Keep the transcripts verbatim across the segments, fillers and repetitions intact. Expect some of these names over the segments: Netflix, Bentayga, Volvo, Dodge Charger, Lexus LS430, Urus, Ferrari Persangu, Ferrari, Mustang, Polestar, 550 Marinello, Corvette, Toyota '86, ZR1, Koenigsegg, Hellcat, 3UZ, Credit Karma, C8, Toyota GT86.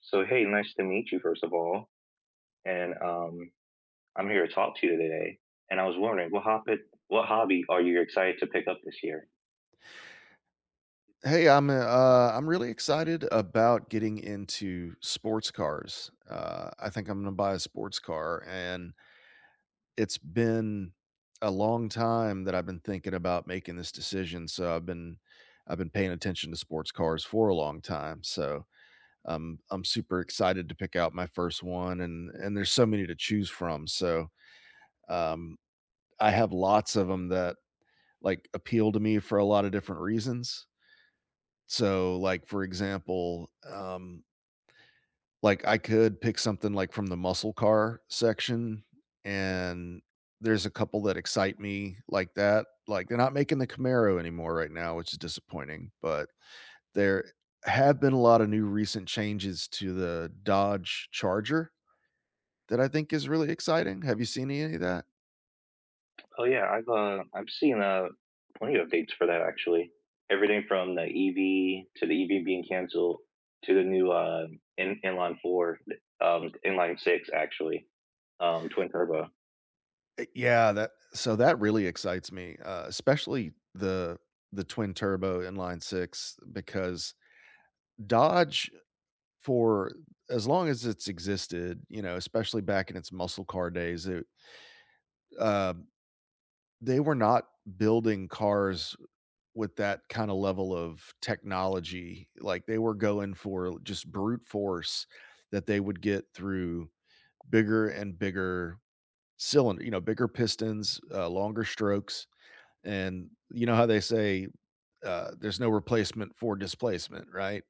So, hey, nice to meet you, first of all. And um, I'm here to talk to you today. And I was wondering, what hobby, what hobby are you excited to pick up this year? Hey, I'm uh, uh, I'm really excited about getting into sports cars. Uh, I think I'm gonna buy a sports car, and it's been a long time that I've been thinking about making this decision. So I've been I've been paying attention to sports cars for a long time. So I'm I'm super excited to pick out my first one, and and there's so many to choose from. So um, I have lots of them that like appeal to me for a lot of different reasons. So, like, for example, um, like I could pick something like from the muscle car section, and there's a couple that excite me like that. Like, they're not making the Camaro anymore right now, which is disappointing, but there have been a lot of new recent changes to the Dodge Charger that I think is really exciting. Have you seen any of that? Oh yeah, I've uh, I've seen uh, plenty of updates for that actually. Everything from the E V to the E V being canceled to the new uh, in inline four, um, inline six actually, um, twin turbo, Eh, yeah, that so that really excites me, uh, especially the the twin turbo inline six because Dodge for as long as it's existed, you know, especially back in its muscle car days, it, uh, they were not building cars with that kind of level of technology. Like they were going for just brute force that they would get through bigger and bigger cylinder, you know, bigger pistons, uh, longer strokes. And you know how they say, uh, there's no replacement for displacement, right?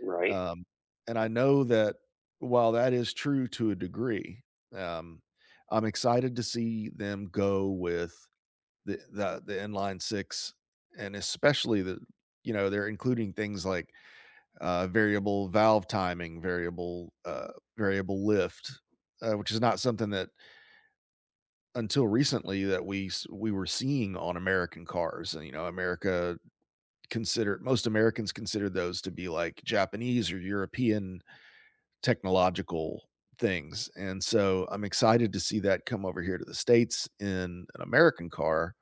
right? Um, and I know that while that is true to a degree, um, I'm excited to see them go with the the, the inline six, and especially the you know they're including things like uh, variable valve timing, variable uh, variable lift, uh, which is not something that until recently that we s- we were seeing on American cars. And you know, America consider most Americans consider those to be like Japanese or European technological things. And so I'm excited to see that come over here to the States in an American car,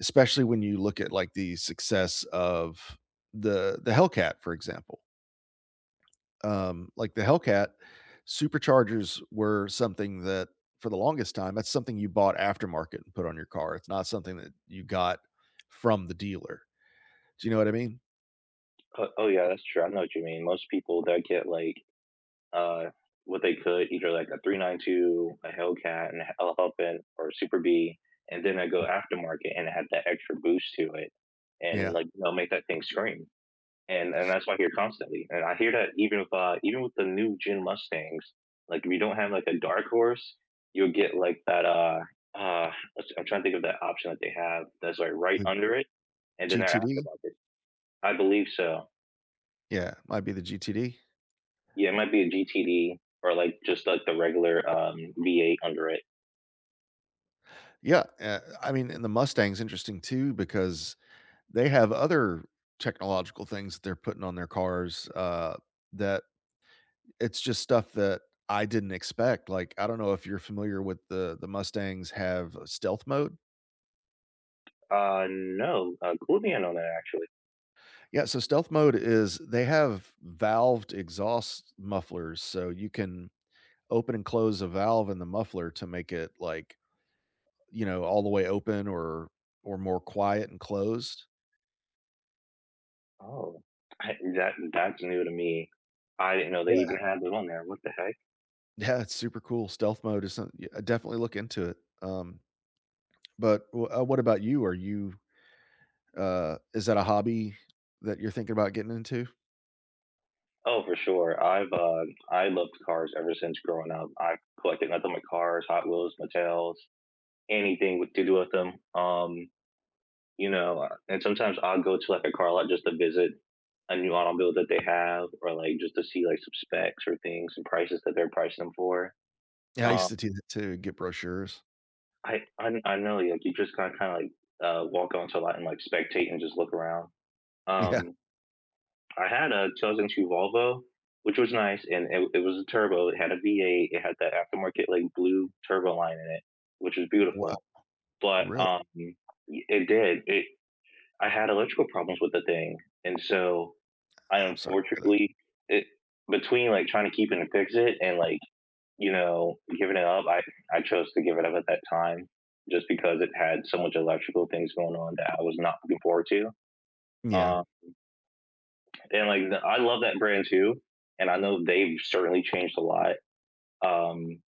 especially when you look at like the success of the the Hellcat, for example. Um, like the Hellcat, superchargers were something that for the longest time, that's something you bought aftermarket and put on your car. It's not something that you got from the dealer. Do you know what I mean? Oh, oh yeah, that's true. I know what you mean. Most people that get like uh, what they could, either like a three nine two, a Hellcat, and a Hellhuffin, or a Super B, and then I go aftermarket and add that extra boost to it, and Yeah. like you know make that thing scream. And and that's why I hear constantly, and I hear that even with uh, even with the new gen Mustangs, like if you don't have like a dark horse, you'll get like that uh uh let's- I'm trying to think of that option that they have that's like right The under it, and then they're G T D. aftermarket. I believe so. Yeah, might be the G T D. Yeah, it might be a G T D or like just like the regular um, V eight under it. Yeah, uh, I mean, and the Mustang's interesting too because they have other technological things that they're putting on their cars, uh, that it's just stuff that I didn't expect. Like, I don't know if you're familiar with the the Mustangs have stealth mode. Uh, no, uh, cool hand on that actually. Yeah, so stealth mode is they have valved exhaust mufflers, so you can open and close a valve in the muffler to make it like you know all the way open or or more quiet and closed. Oh, I, that that's new to me. I didn't know they even had them on there. What the heck? Yeah, it's super cool. Stealth mode is some, yeah, definitely look into it. Um, but wh uh, what about you? Are you, uh is that a hobby that you're thinking about getting into? Oh, for sure. I've uh, I loved cars ever since growing up. I've collected nothing but cars, Hot Wheels, Mattels, anything with, to do with them. Um, you know, uh, and sometimes I'll go to like a car lot just to visit a new automobile that they have, or like just to see like some specs or things and prices that they're pricing them for. Yeah, I used Um, to do that too, get brochures. I I I know, like, you just kind of kinda, like, uh, walk onto a lot and, like, spectate and just look around. Yeah. Um, I had a two thousand two Volvo, which was nice, and it it was a turbo, it had a V eight, it had that aftermarket, like, blue turbo line in it, which was Wow, beautiful, but, really? um, y it did, it I had electrical problems with the thing, and so I I'm sorry to hear that. unfortunately it between, like, trying to keep it and fix it and, like, you know, giving it up. I I chose to give it up at that time just because it had so much electrical things going on that I was not looking forward to. Yeah. Uh, and like the, I love that brand too, and I know they've certainly changed a lot. Um,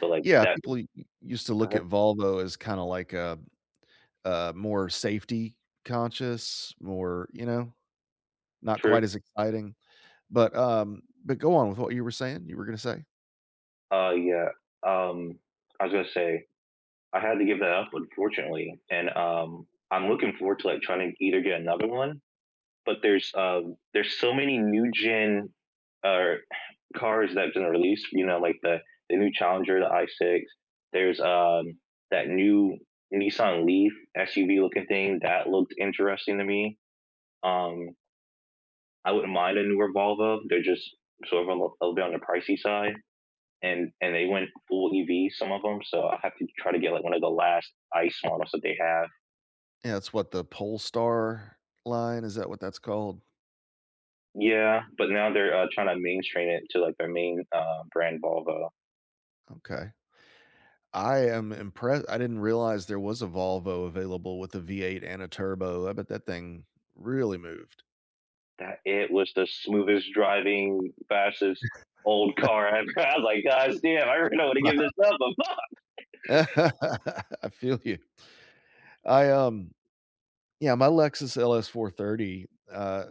but like Yeah, that, people u u used to look uh-huh, at Volvo as kinda like a a more safety conscious, more, you know, not true. quite as exciting. But, um but go on with what you were saying, you were gonna say? Uh, yeah. Um, I was gonna say I had to give that up, unfortunately, and um, I'm looking forward to like trying to either get another one but there's um, there's so many new gen uh, cars that have been released. You know, like the the new Challenger, the I six. There's um, that new Nissan Leaf S U V looking thing that looked interesting to me. Um, I wouldn't mind a newer Volvo. They're just sort of a, li- a little bit on the pricey side, and and they went full E V some of them. So I have to try to get like one of the last I C E models that they have. Yeah, it's what the Polestar line, is that what that's called? Yeah, but now they're uh, trying to mainstream it to like their main uh, brand Volvo. Okay. I am impressed. I didn't realize there was a Volvo available with a V eight and a turbo. I bet that thing really moved. That it was the smoothest driving, fastest old car I ever had. Like, guys, damn, I really don't want to Wow. give this up, but fuck. I feel you. I um Yeah, my Lexus L S four thirty, uh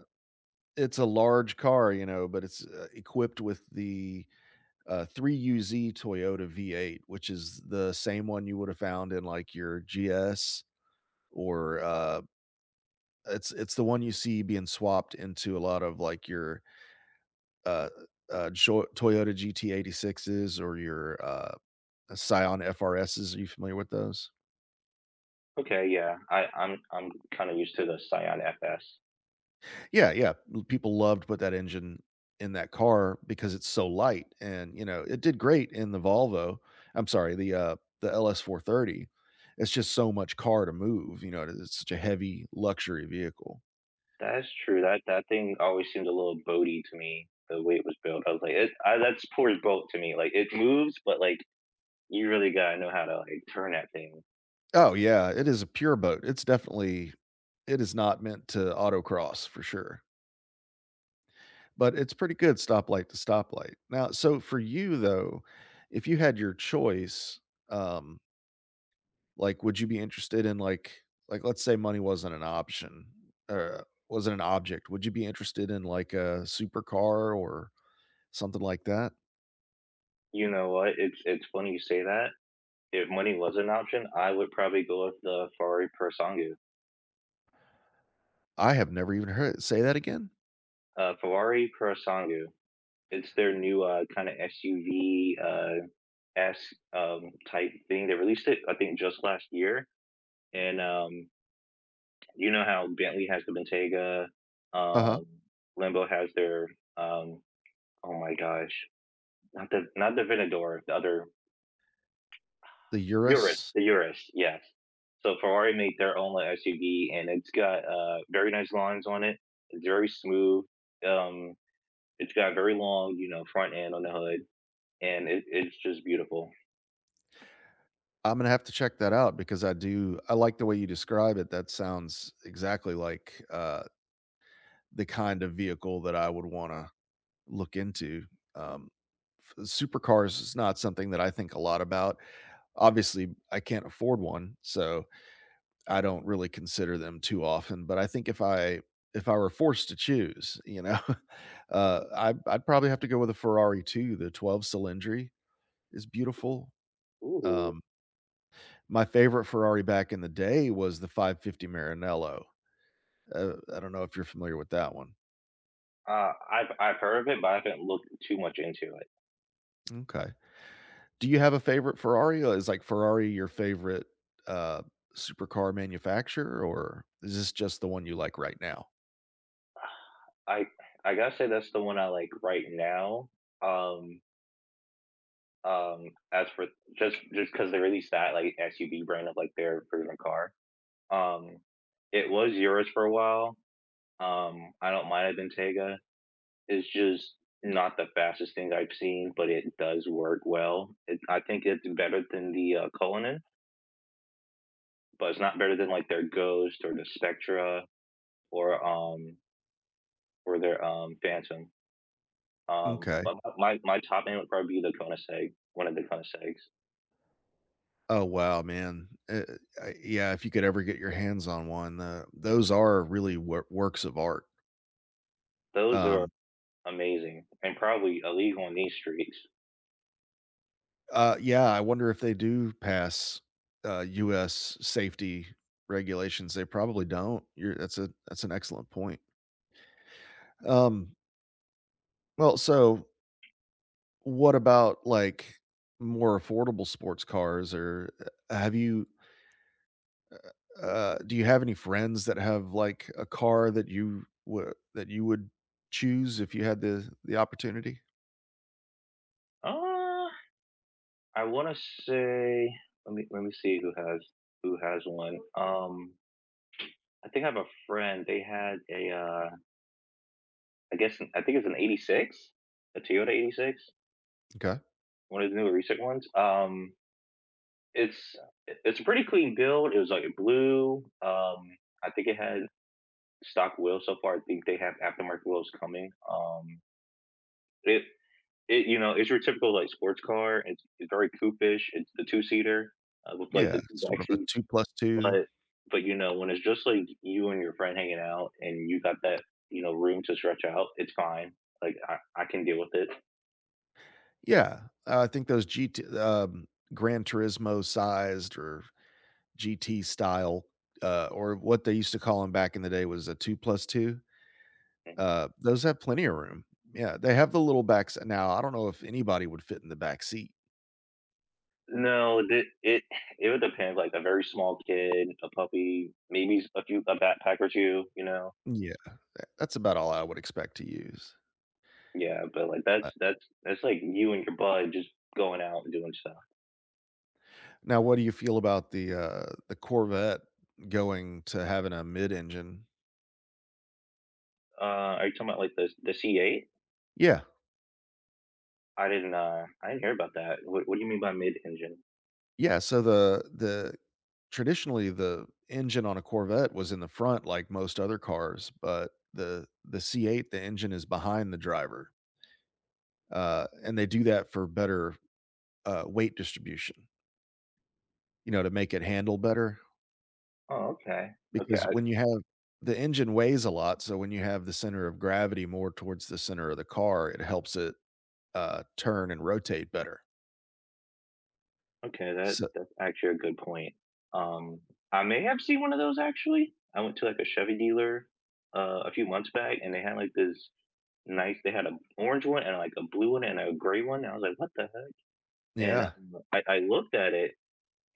it's a large car, you know, but it's uh, equipped with the uh three U Z Toyota V eight, which is the same one you would have found in like your G S, or uh it's it's the one you see being swapped into a lot of like your uh, uh, Jo Toyota G T eighty-sixes or your, uh, Scion F R Ses. Are you familiar with those? Okay, yeah, I, I'm I'm kind of used to the Scion F S. Yeah, yeah. L People love to put that engine in that car because it's so light and, you know, it did great in the Volvo. I'm sorry, the, uh, the L S four thirty. It's just so much car to move, you know, it it's such a heavy luxury vehicle. That's true. That that thing always seemed a little boaty to me. The way it was built, I was like, it, I, that's poor boat to me. Like, it moves, but like, you really gotta know how to like turn that thing. Oh, yeah, it is a pure boat. It's definitely it is not meant to autocross for sure. But it's pretty good stoplight to stoplight. Now, so for you though, if you had your choice, um, like, would you be interested in like like, let's say money wasn't an option or wasn't an object, would you be interested in like a supercar or something like that? You know what? It's it's funny you say that. If money was an option, I would probably go with the Ferrari Persangu. I have never even heard say that again? Uh, Ferrari Persangu. It's their new, uh, kinda S U V-esque, um, type thing. They released it, I think, just last year, and, um, you know how Bentley has the Bentayga, Uh-huh. um, Lambo has their, um oh my gosh, not the not the Venador, the other— The Urus, Urus? the Urus, yes. So Ferrari made their own little S U V, and it's got, uh, very nice lines on it. It's very smooth. Um, it's got very long, you know, front end on the hood, and it it's just beautiful. I'm gonna have to check that out because I do I like the way you describe it. That sounds exactly like, uh, the kind of vehicle that I would wanna look into. Um, f- Supercars is not something that I think a lot about. Obviously, I can't afford one, so I don't really consider them too often. But I think if I if I were forced to choose, you know, uh, I, I'd probably have to go with a Ferrari too. The twelve cylindry is beautiful. Ooh. Um, my favorite Ferrari back in the day was the five fifty Marinello. Uh, I don't know if you're familiar with that one. Uh, I've I've heard of it, but I haven't looked too much into it. Okay. Do you have a favorite Ferrari? Uh, Is like Ferrari your favorite uh supercar manufacturer or is this just the one you like right now? I I gotta say that's the one I like right now. Um, um, as for just just because they released that like S U V brand of like their version of car. Um, it was yours for a while. Um, I don't mind a Bentayga. It's just not the fastest thing I've seen, but it does work well. It, I think it's better than the uh, Cullinan, but it's not better than like their Ghost or the Spectra or um or their, um, Phantom. Um, Okay. but my my top name would probably be the Koenigsegg, one of the Koenigseggs. Oh wow, man. Uh, uh, yeah, if you could ever get your hands on one, uh, those are really wor- works of art. Those are Um amazing and probably illegal on these streets. uh yeah, I wonder if they do pass uh U S safety regulations. They probably don't. You're that's a that's an excellent point. Um well, so what about, like, more affordable sports cars or, uh, have you, uh do you have any friends that have, like, a car that you wou that you would choose if you had the the opportunity? Uh, I wanna say, let me let me see who has who has one. Um, I think I have a friend, they had a, uh, I guess an I think it's an 'eighty-six, a Toyota 'eighty-six, Okay. one of the newer recent ones. Um, it's it's a pretty clean build, it was, like, blue, um, I think it had stock wheels so far. I think they have aftermarket wheels coming. Um, it it you know it's your typical like sports car. It's, it's very coupish. It's the two seater uh, with like Yeah, the two sort back of a seats. two plus two. But but you know when it's just like you and your friend hanging out and you got that you know room to stretch out, it's fine. Like I, I can deal with it. Yeah, uh, I think those G T, um, Gran Turismo-sized or G T style, uh, or what they used to call them back in the day was a two plus two. Uh, those have plenty of room. Yeah, they have the little backs now, I don't know if anybody would fit in the back seat. No, it, it it would depend. Like a very small kid, a puppy, maybe a few a backpack or two. You know, Yeah, that that's about all I would expect to use. yeah, but, like, that's Uh, that's that's, like, you and your bud just going out and doing stuff. Now what do you feel about the, uh, the Corvette going to having a mid-engine? Uh, are you talking about, like, the the C eight? Yeah. I didn't, uh I didn't hear about that. What what do you mean by mid-engine? Yeah, so the the traditionally, the engine on a Corvette was in the front like most other cars, but the the C eight, the engine is behind the driver, uh, and they do that for better, uh, weight distribution, you know, to make it handle better. Oh, okay. Okay, Because I when you have the engine weighs a lot, so when you have the center of gravity more towards the center of the car, it helps it, uh, turn and rotate better. okay, that So that's actually a good point. Um, I may have seen one of those actually. I went to, like, a Chevy dealer, uh, a few months back, and they had, like, this nice— they had a orange one and, like, a blue one and a gray one, and I was like, "What the heck?" And, yeah. um, I I looked at it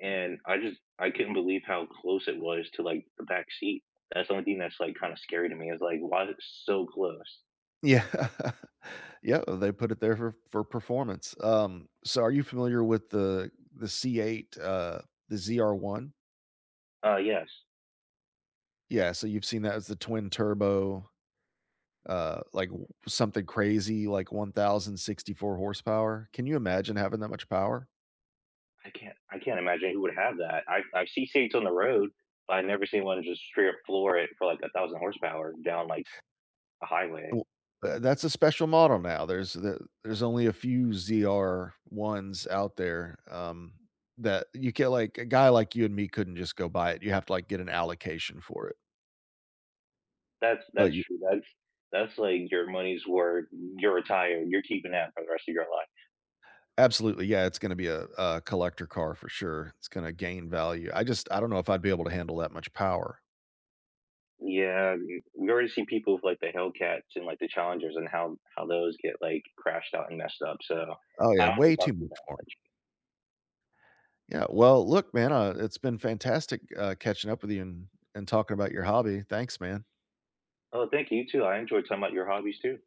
and I just I couldn't believe how close it was to like the back seat. That's the only thing that's like kind of scary to me is like why is it so close? Yeah. Yeah, they put it there for for performance. Um, so are you familiar with the the C eight, uh, the Z R one? Uh, yes, Yeah, so you've seen that as the twin turbo, uh, like, w something crazy, like one thousand sixty-four horsepower. Can you imagine having that much power? I can't I can't imagine who would have that. I I see seats on the road, but I never seen one just straight up floor it for like a thousand horsepower down like a highway. Well, uh, that's a special model now. There's the there's only a few Z R ones out there, um, that you can't like, a guy like you and me couldn't just go buy it. You have to, like, get an allocation for it. That's But that's you true. That's that's like your money's worth. You're retired. You're keeping that for the rest of your life. Absolutely, yeah, it's gonna be a a collector car for sure. It's gonna gain value. I just I don't know if I'd be able to handle that much power. Yeah, we we already seen people with, like, the Hellcats and, like, the Challengers and how how those get, like, crashed out and messed up, so Oh, I yeah, don't think way I'll too do much that for much. me. Yeah, well, look, man, uh, it's been fantastic, uh, catching up with you and and talking about your hobby. Thanks, man. Oh, thank you, you too. I enjoyed talking about your hobbies too.